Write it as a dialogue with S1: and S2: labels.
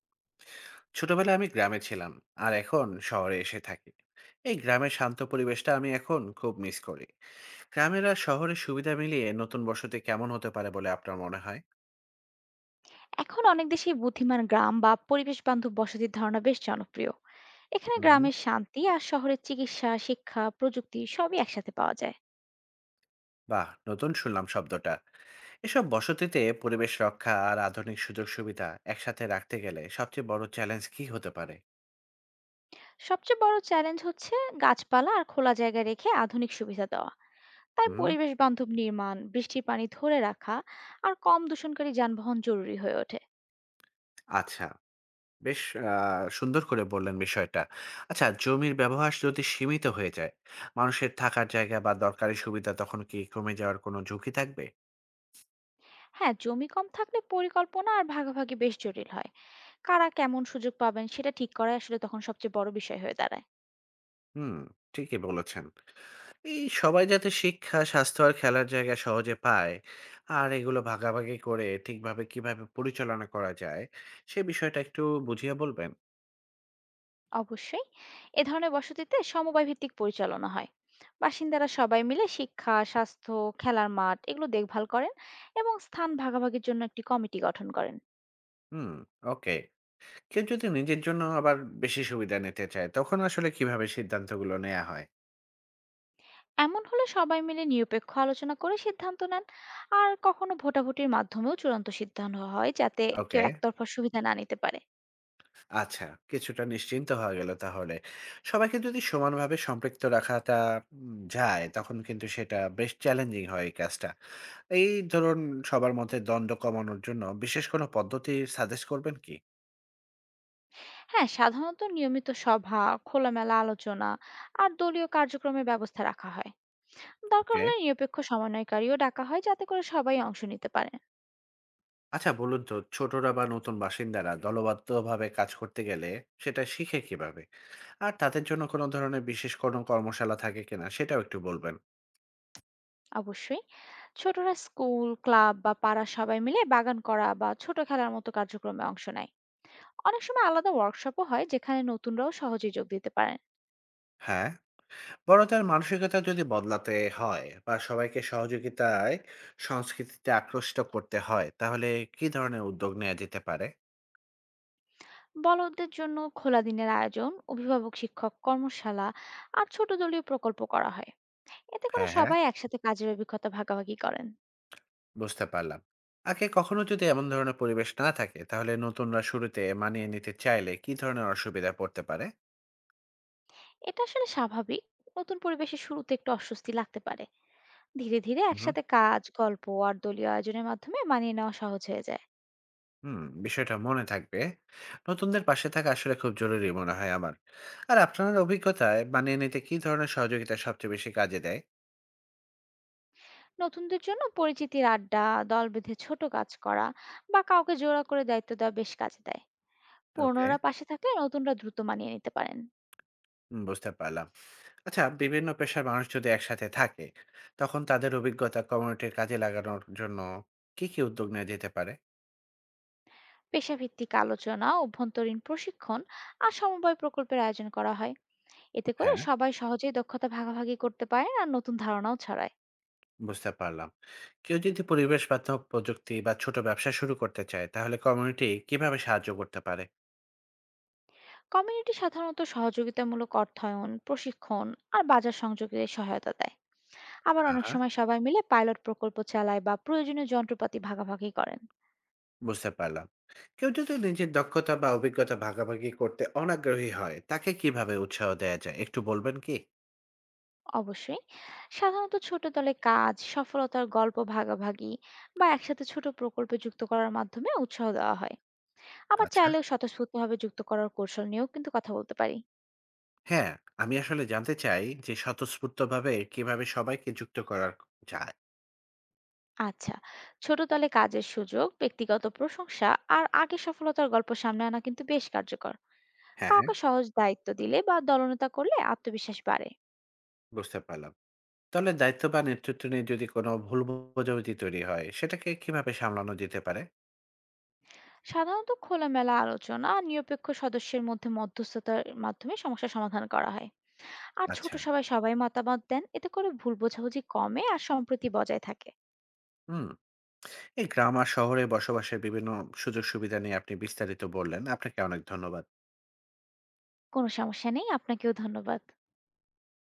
S1: ছোটবেলায় আমি গ্রামে ছিলাম। আর এখন শহরে এসে থাকি। এই গ্রামের শান্ত পরিবেশটা আমি এখন খুব মিস করি। গ্রামের আর শহরের সুবিধা মিলিয়ে নতুন বসতি কেমন হতে পারে বলে আপনার মনে হয়?
S2: এখন অনেক দেশেই বুদ্ধিমান গ্রাম বা পরিবেশ বান্ধব বসতির ধারণা বেশ জনপ্রিয়। এখানে
S1: হুম।
S2: গ্রামের শান্তি আর শহরের চিকিৎসা শিক্ষা প্রযুক্তি সবই একসাথে পাওয়া যায়।
S1: বাহ, নতুন শুনলাম শব্দটা। এসব বসতিতে পরিবেশ রক্ষা আর আধুনিক সুযোগ সুবিধা একসাথে রাখতে গেলে সবচেয়ে বড় চ্যালেঞ্জ কি হতে পারে?
S2: সবচেয়ে বড় চ্যালেঞ্জ হচ্ছে গাছপালা আর খোলা জায়গা রেখে আধুনিক সুবিধা দেওয়া। তাই
S1: হুম।
S2: পরিবেশ বান্ধব নির্মাণ, বৃষ্টির পানি ধরে রাখা আর কম দূষণকারী যানবাহন জরুরি হয়ে ওঠে।
S1: আচ্ছা, বেশ। আ সুন্দর করে বললেন বিষয়টা। আচ্ছা, জমির ব্যবহার যদি সীমিত হয়ে যায়, মানুষের থাকার জায়গা বা দরকারি সুবিধা তখন কি কমে যাওয়ার কোনো ঝুঁকি থাকবে?
S2: হ্যাঁ, জমি কম থাকলে পরিকল্পনা আর ভাগাভাগি বেশ জটিল হয়। কারা কেমন সুযোগ পাবেন সেটা ঠিক করাই আসলে তখন সবচেয়ে বড় বিষয় হয়ে দাঁড়ায়।
S1: হুম, ঠিকই বলেছেন। এই সবাই যাতে শিক্ষা, স্বাস্থ্য আর খেলার জায়গা সহজে পায় আর এগুলো ভাগাভাগি করে ঠিকভাবে কিভাবে পরিচালনা করা যায়, সে বিষয়টা একটু বুঝিয়ে বলবেন?
S2: অবশ্যই, এ ধরনের বসতিতে সমবায় ভিত্তিক পরিচালনা হয়। বাসিন্দারা সবাই মিলে শিক্ষা, স্বাস্থ্য, খেলার মাঠ এগুলো দেখভাল করেন এবং স্থান ভাগাভাগির জন্য একটি কমিটি গঠন করেন।
S1: হুম, ওকে। কেউ যদি নিজের জন্য আবার বেশি সুবিধা নিতে চায়, তখন আসলে কিভাবে সিদ্ধান্তগুলো নেয়া হয়?
S2: এমন হলে সবাই মিলে নিরপেক্ষ আলোচনা করে সিদ্ধান্ত নেন। আর কখনো ভোটাভুটির মাধ্যমেও চূড়ান্ত সিদ্ধান্ত হয়, যাতে কেউ
S1: ওকে।
S2: একতরফা সুবিধা না নিতে পারে।
S1: আচ্ছা, কিছুটা নিশ্চিন্ত হওয়া গেল তাহলে। সবাইকে যদি সমানভাবে সম্পৃক্ত রাখাটা যায়, তখন কিন্তু সেটা বেশ চ্যালেঞ্জিং হয় এই কাজটা। এই ধরুন, সবার মধ্যে দ্বন্দ্ব কমানোর জন্য বিশেষ কোনো পদ্ধতি সাজেস্ট করবেন কি?
S2: হ্যাঁ, সাধারণত নিয়মিত সভা, খোলামেলা আলোচনা আর দলীয় কার্যক্রমের ব্যবস্থা রাখা হয়। দরকার
S1: ওকে।
S2: হলে নিরপেক্ষ সমন্বয়কারীও ডাকা হয়, যাতে করে সবাই অংশ নিতে পারে।
S1: আচ্ছা বলুন তো, ছোটরা বা নতুন বাসিন্দারা দলবদ্ধভাবে কাজ করতে গেলে সেটা শিখে কিভাবে? আর তাদের জন্য কোনো ধরনের বিশেষ কোনো কর্মশালা থাকে কিনা সেটাও একটু বলবেন।
S2: অবশ্যই। ছোটরা স্কুল, ক্লাব বা পাড়ার সবাই মিলে বাগান করা বা ছোট খেলার মতো কার্যক্রমে অংশ নেয়। অনেক সময় আলাদা ওয়ার্কশপও হয়, যেখানে নতুনরাও সহজে যোগ দিতে পারেন।
S1: হ্যাঁ। বড়দের মানসিকতা যদি বদলাতে হয় বা সবাইকে সহযোগিতায় সংস্কৃতিতে আকৃষ্ট করতে হয়, তাহলে কি ধরনের উদ্যোগ নেওয়া যেতে পারে?
S2: বড়দের জন্য খোলা দিনের আয়োজন, অভিভাবক শিক্ষক কর্মশালা আর ছোট দলীয় প্রকল্প করা হয়। এতে করে
S1: হ্যাঁ, হ্যাঁ,
S2: সবাই একসাথে কাজের অভিজ্ঞতা ভাগাভাগি করেন।
S1: বুঝতে পারলাম। আগে কখনো যদি এমন ধরনের পরিবেশ না থাকে, তাহলে নতুনরা শুরুতে মানিয়ে নিতে চাইলে কি ধরনের অসুবিধা পড়তে পারে?
S2: এটা আসলে স্বাভাবিক। নতুন পরিবেশে শুরুতে একটু অস্বস্তি লাগতে পারে। ধীরে ধীরে
S1: হুম,
S2: একসাথে কাজ, গল্প আর দলীয় আয়োজনের মাধ্যমে মানিয়ে নেওয়া সহজ হয়ে যায়।
S1: হুম, বিষয়টা মনে থাকবে। নতুনদের পাশে থাকা আসলে খুব জরুরি মনে হয় আমার। আর আপনার অভিজ্ঞতায় মানিয়ে নিতে কি ধরনের সহযোগিতা সবচেয়ে বেশি কাজে দেয়?
S2: নতুনদের জন্য পরিচিতির আড্ডা, দল বেঁধে ছোট কাজ করা বা কাউকে জোড়া করে দায়িত্ব দেওয়া বেশ কাজে দেয়।
S1: ওকে,
S2: পুরনোরা পাশে থাকলে নতুনরা দ্রুত মানিয়ে নিতে পারেন।
S1: বুঝতে পারলাম। আচ্ছা, বিভিন্ন পেশার মানুষ যদি একসাথে থাকে, তখন তাদের অভিজ্ঞতা কমিউনিটির কাজে লাগানোর জন্য কি কি উদ্যোগ নেওয়া যেতে পারে?
S2: পেশাভিত্তিক আলোচনা, অভ্যন্তরীণ প্রশিক্ষণ আর সমবায় প্রকল্পের আয়োজন করা হয়। এতে করে
S1: হ্যাঁ,
S2: সবাই সহজেই দক্ষতা ভাগাভাগি করতে পারেন আর নতুন ধারণাও ছড়ায়।
S1: বুঝতে পারলাম। কেউ যদি পরিবেশ বান্ধব প্রযুক্তি বা ছোট ব্যবসা শুরু করতে চায়, তাহলে কমিউনিটি কিভাবে সাহায্য করতে পারে?
S2: কমিউনিটি সাধারণত সহযোগিতামূলক অর্থায়ন, প্রশিক্ষণ আর বাজার সংযোগের সহায়তা দেয়। আবার অনেক
S1: হ্যাঁ,
S2: সময় সবাই মিলে পাইলট প্রকল্প চালায় বা প্রয়োজনীয় যন্ত্রপাতি ভাগাভাগি করেন।
S1: বুঝতে পারলাম। কেউ যদি নিজের দক্ষতা বা অভিজ্ঞতা ভাগাভাগি করতে অনাগ্রহী হয়, তাকে কিভাবে উৎসাহ দেওয়া যায় একটু বলবেন কি?
S2: অবশ্যই। সাধারণত ছোট দলে কাজ, সফলতার গল্প ভাগাভাগি বা একসাথে ছোট প্রকল্পে যুক্ত করার মাধ্যমে উৎসাহ দেওয়া হয়। আবার
S1: আচ্ছা,
S2: চাইলেও স্বতঃস্ফূর্তভাবে যুক্ত করার কৌশল নিয়েও কিন্তু কথা বলতে পারি।
S1: হ্যাঁ, আমি আসলে জানতে চাই যে স্বতঃস্ফূর্তভাবে কিভাবে সবাইকে যুক্ত করা যায়।
S2: আচ্ছা, ছোট দলে কাজের সুযোগ, ব্যক্তিগত প্রশংসা আর আগে সফলতার গল্প সামনে আনা কিন্তু বেশ কার্যকর।
S1: হ্যাঁ, হ্যাঁ,
S2: কাউকে সহজ দায়িত্ব দিলে বা দলনেতা করলে আত্মবিশ্বাস বাড়ে।
S1: বুঝতে পারলাম। দলের দায়িত্ব বা নেতৃত্ব নিয়ে যদি কোনো ভুল বোঝাবুঝি তৈরি হয়, সেটাকে কিভাবে সামলানো যেতে পারে?
S2: সাধারণত খোলামেলা আলোচনা আর নিরপেক্ষ সদস্যের মধ্যে মধ্যস্থতার মাধ্যমে সমস্যা সমাধান করা হয়। আর ছোট
S1: আচ্ছা,
S2: সবাই সবাই মতামত দেন, এতে করে ভুল বোঝাবুঝি কমে আর সম্প্রীতি বজায় থাকে।
S1: হুম। এই গ্রাম আর শহরে বসবাসের বিভিন্ন সুযোগ-সুবিধা নিয়ে আপনি বিস্তারিত বললেন। আপনাকে অনেক ধন্যবাদ।
S2: কোনো সমস্যা নেই, আপনাকেও ধন্যবাদ।